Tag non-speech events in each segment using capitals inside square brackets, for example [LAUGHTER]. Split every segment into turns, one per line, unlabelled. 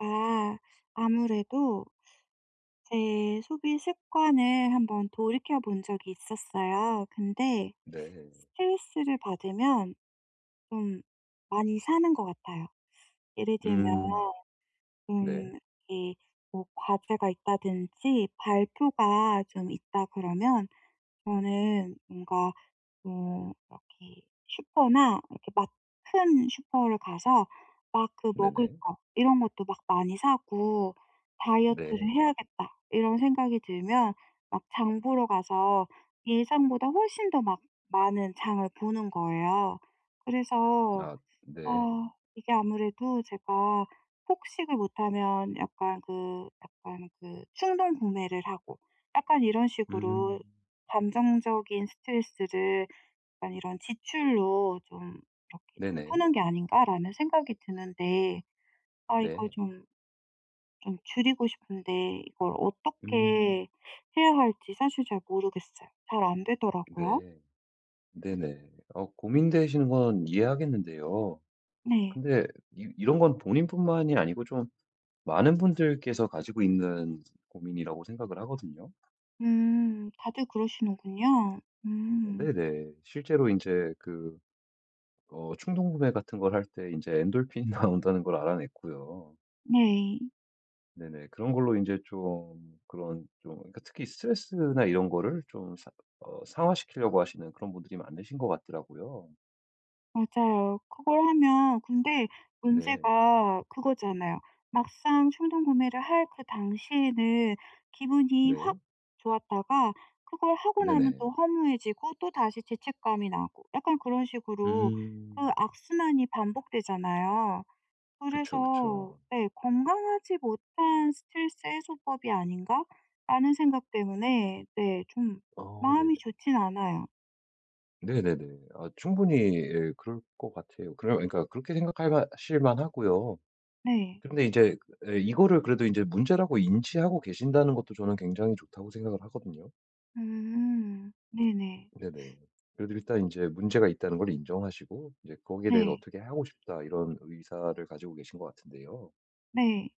아, 아무래도 제 소비 습관을 한번 돌이켜 본 적이 있었어요. 근데
네.
스트레스를 받으면 좀 많이 사는 것 같아요. 예를 들면
음. 네.
좀 이게 뭐 과제가 있다든지 발표가 좀 있다 그러면 저는 뭔가 이렇게 슈퍼나 이렇게 막 큰 슈퍼를 가서 막 그 먹을
네네.
거 이런 것도 막 많이 사고 '다이어트를
네.
해야겠다.' 이런 생각이 들면 막 장 보러 가서 예상보다 훨씬 더 막 많은 장을 보는 거예요. 그래서
아 네.
아 이게 아무래도 제가 폭식을 못하면 약간 그 충동 구매를 하고 약간 이런 식으로
음.
감정적인 스트레스를 약간 이런 지출로 좀 이렇게 좀
네네.
푸는 게 아닌가라는 생각이 드는데 아 이걸
네.
좀 줄이고 싶은데 이걸
음.
어떻게 해야 할지 사실 잘 모르겠어요. 잘 안 되더라고요.
네. 네네. 고민되시는 건 이해하겠는데요.
네.
근데 이 이런 건 본인뿐만이 아니고 좀 많은 분들께서 가지고 있는 고민이라고 생각을 하거든요.
음. 다들 그러시는군요. 음.
네네. 실제로 이제 그 충동 구매 같은 걸 할 때 이제 엔돌핀이 [LAUGHS] 나온다는 걸 알아냈고요.
네.
네네. 그런 걸로 이제 좀 그런 좀 그러니까 특히 스트레스나 이런 거를 좀 사 어 상화시키려고 하시는 그런 분들이 많으신 것 같더라고요.
맞아요. 그걸 하면 근데
네.
문제가 그거잖아요. 막상 충동 구매를 할 그 당시에는 기분이 확
네.
좋았다가 그걸 하고 나면
네네.
또 허무해지고 또다시 죄책감이 나고 약간 그런 식으로 그
음.
악순환이 반복되잖아요.
그쵸,
그래서
그쵸.
네, '건강하지 못한 스트레스 해소법이 아닌가?'라는 생각 때문에 네 좀
어 네네.
마음이 좋진 않아요.
네네네. 아 충분히, 예, 그럴 것 같아요. 그러니까 그렇게 생각 하실 만하고요.
네.
근데 이제, 예, 이거를 그래도 이제 문제라고 인지하고 계신다는 것도 저는 굉장히 좋다고 생각을 하거든요.
음. 네네.
네네. 그래도 일단 이제 문제가 있다는 걸 인정하시고 이제 거기에 대해서
네.
어떻게 하고 싶다 이런 의사를 가지고 계신 것 같은데요.
네.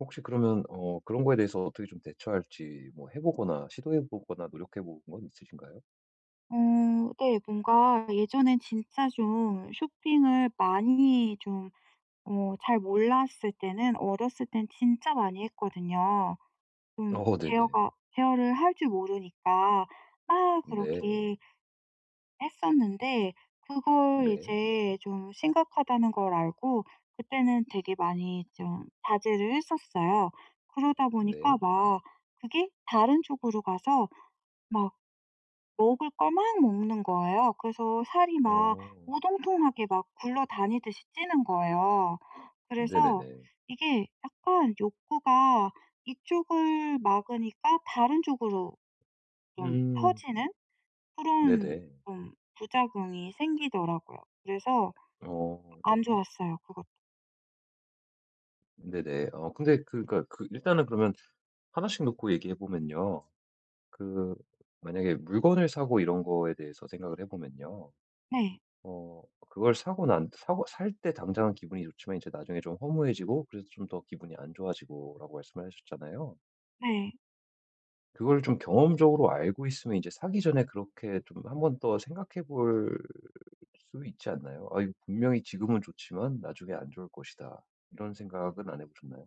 혹시 그러면 그런 거에 대해서 어떻게 좀 대처할지 뭐 해 보거나 시도해 보거나 노력해 본 건 있으신가요?
어 네. 뭔가 예전엔 진짜 좀 쇼핑을 많이 좀 잘 몰랐을 때는 어렸을 땐 진짜 많이 했거든요. 좀
어 네네.
제어가 제어를 할 줄 모르니까 막
네.
그렇게 했었는데 그걸
네.
이제 좀 심각하다는 걸 알고 그때는 되게 많이 좀 자제를 했었어요. 그러다 보니까
네.
막 그게 다른 쪽으로 가서 막 먹을 걸 막 먹는 거예요. 그래서 살이 막
어.
오동통하게 막 굴러다니듯이 찌는 거예요. 그래서
네네네.
이게 약간 욕구가 이쪽을 막으니까 다른 쪽으로 좀
음.
퍼지는 그런
네네.
좀 부작용이 생기더라고요. 그래서
어 네.
안 좋았어요, 그것도.
네네. 근데 그니까 그 일단은 그러면 하나씩 놓고 얘기해 보면요. 그 만약에 물건을 사고 이런 거에 대해서 생각을 해 보면요.
네.
어 그걸 사고 살 때 당장은 기분이 좋지만 이제 나중에 좀 허무해지고 그래서 좀 더 기분이 안 좋아지고라고 말씀을 하셨잖아요.
네.
그걸 좀 경험적으로 알고 있으면 이제 사기 전에 그렇게 좀 한번 더 생각해 볼 수 있지 않나요? '아 이거 분명히 지금은 좋지만 나중에 안 좋을 것이다.' 이런 생각은 안 해 보셨나요?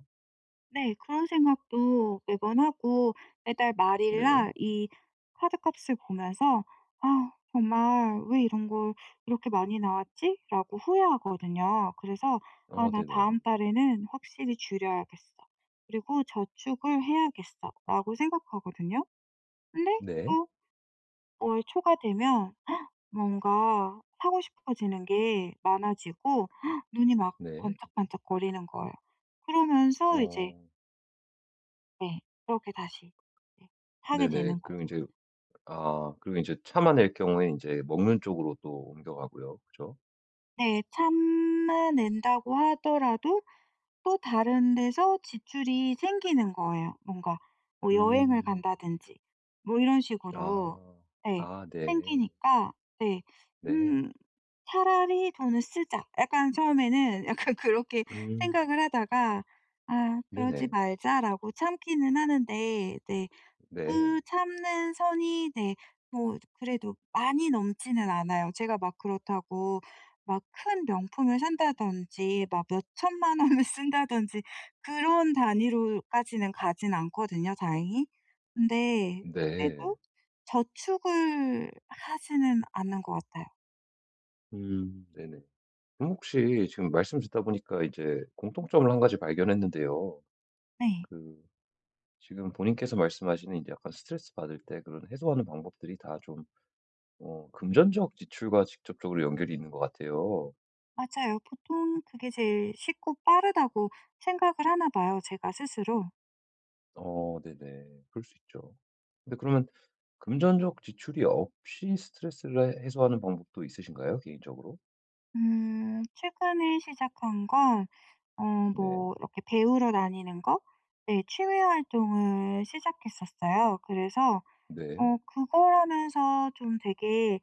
네. 그런 생각도 매번 하고 매달 말일
네.
날 이 카드값을 보면서 '아 정말 왜 이런 걸 이렇게 많이 나왔지?'라고 후회하거든요. 그래서 '아
어
나
네네.
다음 달에는 확실히 줄여야겠어. 그리고 저축을 해야겠어.'라고 생각하거든요. 근데
네.
또 월 초가 되면 헉, 뭔가 사고 싶어지는 게 많아지고 헉, 눈이 막
네.
번쩍번쩍 거리는 거예요.
어
그러면서 이제 네. 그렇게 다시 이제 하게
네네.
되는
그리고
거죠.
이제 아 그리고 이제 참아낼 경우에 이제 먹는 쪽으로 또 옮겨가고요. 그죠?
네. 참아낸다고 하더라도 또 다른 데서 지출이 생기는 거예요. 뭔가 뭐 여행을
음.
간다든지 뭐 이런 식으로
아.
네
아 네.
생기니까 네
네.
음 '차라리 돈을 쓰자.' 약간 처음에는 약간 [LAUGHS] 그렇게
음.
생각을 하다가 '아 그러지
네네.
말자.'라고 참기는 하는데 네.
네.
그 참는 선이 네 뭐 그래도 많이 넘지는 않아요. 제가 막 그렇다고 막 큰 명품을 산다든지 막 몇 천만 원을 [LAUGHS] 쓴다든지 그런 단위로까지는 가진 않거든요 다행히. 근데
네.
그래도 저축을 하지는 않는 것 같아요.
네네. 그럼 혹시 지금 말씀 듣다 보니까 이제 공통점을 한 가지 발견했는데요.
네.
그 지금 본인께서 말씀하시는 이제 약간 스트레스 받을 때 그런 해소하는 방법들이 다 좀 금전적 지출과 직접적으로 연결이 있는 것 같아요.
맞아요. 보통 그게 제일 쉽고 빠르다고 생각을 하나 봐요 제가 스스로.
어 네네. 그럴 수 있죠. 근데 그러면 금전적 지출이 없이 스트레스를 해소하는 방법도 있으신가요? 개인적으로?
최근에 시작한 건 어
네.
뭐 이렇게 배우러 다니는 거 네 취미 활동을 시작했었어요. 그래서
네.
그걸 하면서 좀 되게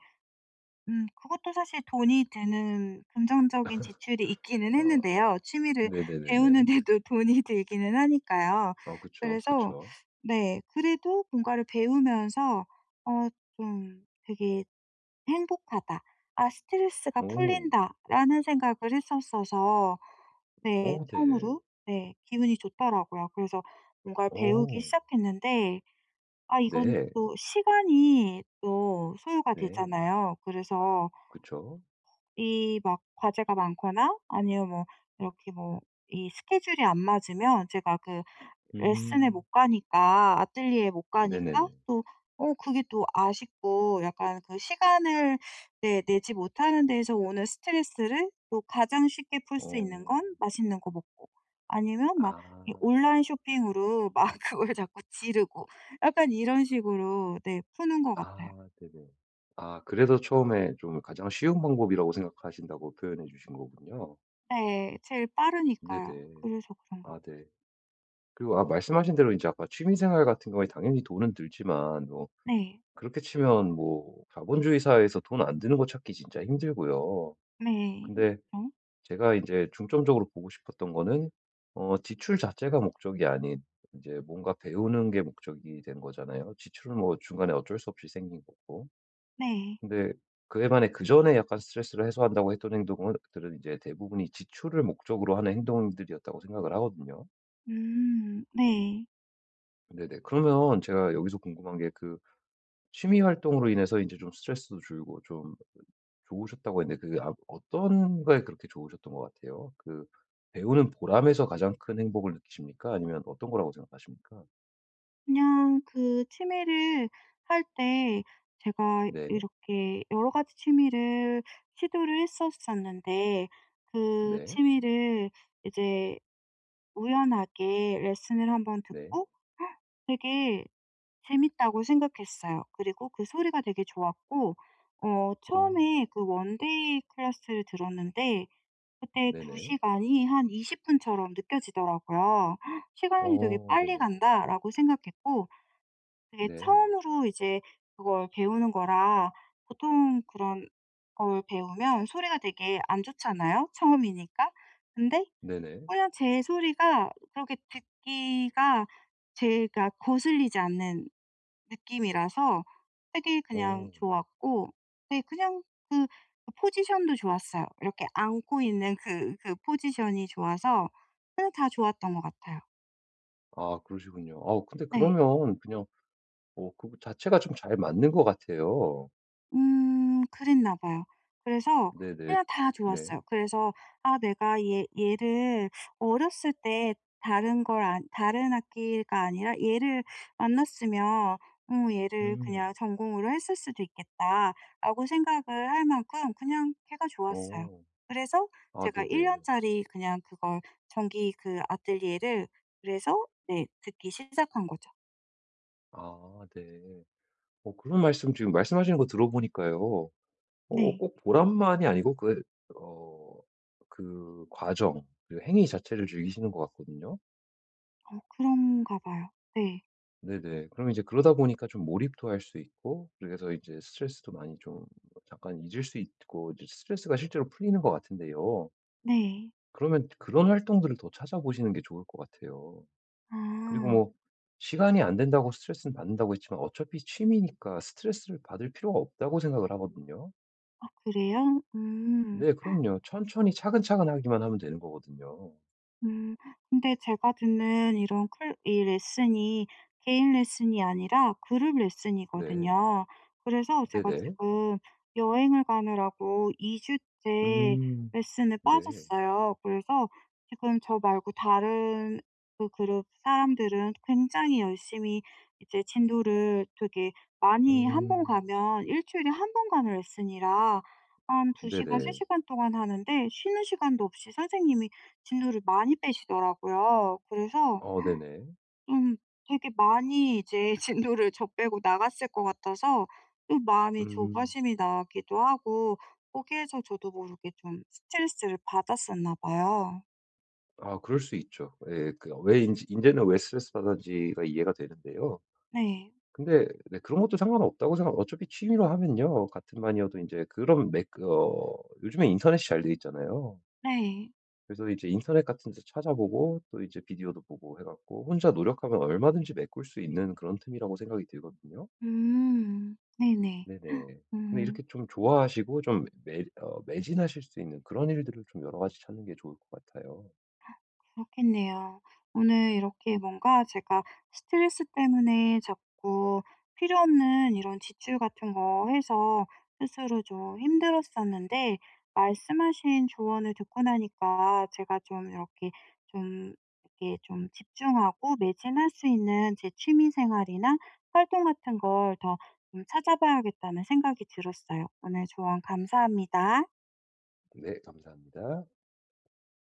그것도 사실 돈이 드는 금전적인 지출이 있기는
어
했는데요. 취미를
네네네네.
배우는데도 [LAUGHS] 돈이 들기는 하니까요.
아 그쵸,
그래서
그쵸.
네 그래도 뭔가를 배우면서 어 좀 되게 '행복하다. 아 스트레스가
오,
풀린다.'라는 생각을 했었어서 네
오 네.
처음으로 네 기분이 좋더라고요. 그래서 뭔가를 배우기
오
시작했는데 아 이건
네.
또 시간이 또 소요가
네.
되잖아요. 그래서
그쵸.
이 막 과제가 많거나 아니면 뭐 이렇게 뭐 이 스케줄이 안 맞으면 제가 그 레슨에
음.
못 가니까 아뜰리에 못 가니까
네네네.
또 그게 또 아쉽고 약간 그 시간을 네 내지 못하는 데에서 오는 스트레스를 또 가장 쉽게 풀 수
어.
있는 건 맛있는 거 먹고 아니면 막 이
아.
온라인 쇼핑으로 막 [LAUGHS] 그걸 자꾸 지르고 약간 이런 식으로 네 푸는 것 같아요.
아 네네. 아 그래서 처음에 좀 가장 쉬운 방법이라고 생각하신다고 표현해 주신 거군요.
네. 제일 빠르니까요.
네네.
그래서 그런가
아
봐요.
네. 그리고 아 말씀하신 대로 이제 아까 취미생활 같은 경우에 당연히 돈은 들지만 뭐
네.
그렇게 치면 뭐 자본주의 사회에서 돈 안 드는 거 찾기 진짜 힘들고요.
네.
근데
그죠?
제가 이제 중점적으로 보고 싶었던 거는 어 지출 자체가 목적이 아닌 이제 뭔가 배우는 게 목적이 된 거잖아요. 지출은 뭐 중간에 어쩔 수 없이 생긴 거고.
네.
근데 그에 반해 그전에 약간 스트레스를 해소한다고 했던 행동들은 이제 대부분이 지출을 목적으로 하는 행동들이었다고 생각을 하거든요.
네.
네네. 그러면 제가 여기서 궁금한 게그 취미 활동으로 인해서 이제 좀 스트레스도 줄고 좀 좋으셨다고 했는데 그 아 어떤 거에 그렇게 좋으셨던 것 같아요? 그 배우는 보람에서 가장 큰 행복을 느끼십니까? 아니면 어떤 거라고 생각하십니까?
그냥 그 취미를 할 때 제가
네.
이렇게 여러 가지 취미를 시도를 했었었는데 그
네.
취미를 이제 우연하게 레슨을 한번
네.
듣고 [GASPS] "헉, 되게 재밌다고 생각했어요. 그리고 그 소리가 되게 좋았고
어.
처음에 그 원데이 클래스를 들었는데 그때
네네.
2 시간이 한 20 분처럼 느껴지더라고요. '시간이 되게
어
빨리
네네.
간다.'라고 생각했고 그게
네.
처음으로 이제 그걸 배우는 거라 보통 그런 걸 배우면 소리가 되게 안 좋잖아요, 처음이니까. 근데
네네.
그냥 제 소리가 그렇게 듣기가 제가 거슬리지 않는 느낌이라서 되게 그냥
어.
좋았고 네 그냥 그 그 포지션도 좋았어요. 이렇게 안고 있는 그 포지션이 좋아서 그냥 다 좋았던 것 같아요.
아 그러시군요. 아 근데
네.
그러면 그냥 그거 자체가 좀 잘 맞는 것 같아요.
그랬나 봐요. 그래서
네네.
그냥 다
네.
좋았어요. 그래서 '아 내가 얘 얘를 어렸을 때 다른 걸 안 다른 학기가 아니라 얘를 만났으면 얘를
음.
그냥 전공으로 했을 수도 있겠다.'라고 생각을 할 만큼 그냥 걔가 좋았어요.
어.
그래서
아
제가 1
네네.
년짜리 그냥 그걸 정기 그 아뜰리에를 그래서 네 듣기 시작한 거죠.
아 네. 어 그런 말씀 지금 말씀하시는 거 들어보니까요. 어
네.
꼭 보람만이 아니고 그 어 그 과정 그 행위 자체를 즐기시는 것 같거든요.
그런가 봐요. 네.
네네. 그럼 이제 그러다 보니까 좀 몰입도 할 수 있고 그래서 이제 스트레스도 많이 좀 잠깐 잊을 수 있고 이제 스트레스가 실제로 풀리는 것 같은데요.
네.
그러면 그런 활동들을 더 찾아보시는 게 좋을 것 같아요. 그리고
아.
뭐 시간이 안 된다고 스트레스는 받는다고 했지만 어차피 취미니까 스트레스를 받을 필요가 없다고 생각을 하거든요.
아 그래요? 음.
네 그럼요. 천천히 차근차근 하기만 하면 되는 거거든요.
음. 근데 제가 듣는 이런 클 이 레슨이 개인 레슨이 아니라 그룹
네.
레슨이거든요. 그래서 제가
네네.
지금 여행을 가느라고 2 주째
음.
레슨에
네.
빠졌어요. 그래서 지금 저 말고 다른 그 그룹 사람들은 굉장히 열심히 이제 진도를 되게 많이 한 번
음.
가면 일주일에 한 번 가는 레슨이라 한 2 시간, 3
네네.
시간 동안 하는데 쉬는 시간도 없이 선생님이 진도를 많이 빼시더라고요. 그래서
어 네네.
좀 되게 많이 이제 [LAUGHS] 진도를 저 빼고 나갔을 것 같아서 좀 마음이
음.
조바심이 나기도 하고 거기에서 저도 모르게 좀 스트레스를 받았었나 봐요.
아 그럴 수 있죠. 예. 그 왜 인제 이제는 왜 스트레스 받았는지가 이해가 되는데요.
네.
근데 네 그런 것도 상관없다고 생각 어차피 취미로 하면요. 같은 반이어도 이제 그런 맥, 어 요즘에 인터넷이 잘 돼 있잖아요.
네.
그래서 이제 인터넷 같은 데서 찾아보고 또 이제 비디오도 보고 해 갖고 혼자 노력하면 얼마든지 메꿀 수 있는 그런 틈이라고 생각이 들거든요.
음. 네네.
네네. 근데
음.
이렇게 좀 좋아하시고 좀 매 어 매진하실 수 있는 그런 일들을 좀 여러 가지 찾는 게 좋을 것 같아요.
그렇겠네요. 오늘 이렇게 뭔가 제가 스트레스 때문에 자꾸 필요 없는 이런 지출 같은 거 해서 스스로 좀 힘들었었는데 말씀하신 조언을 듣고 나니까 제가 좀 이렇게 좀 이렇게 좀 집중하고 매진할 수 있는 제 취미 생활이나 활동 같은 걸 더 좀 찾아봐야겠다는 생각이 들었어요. 오늘 조언 감사합니다.
네 감사합니다.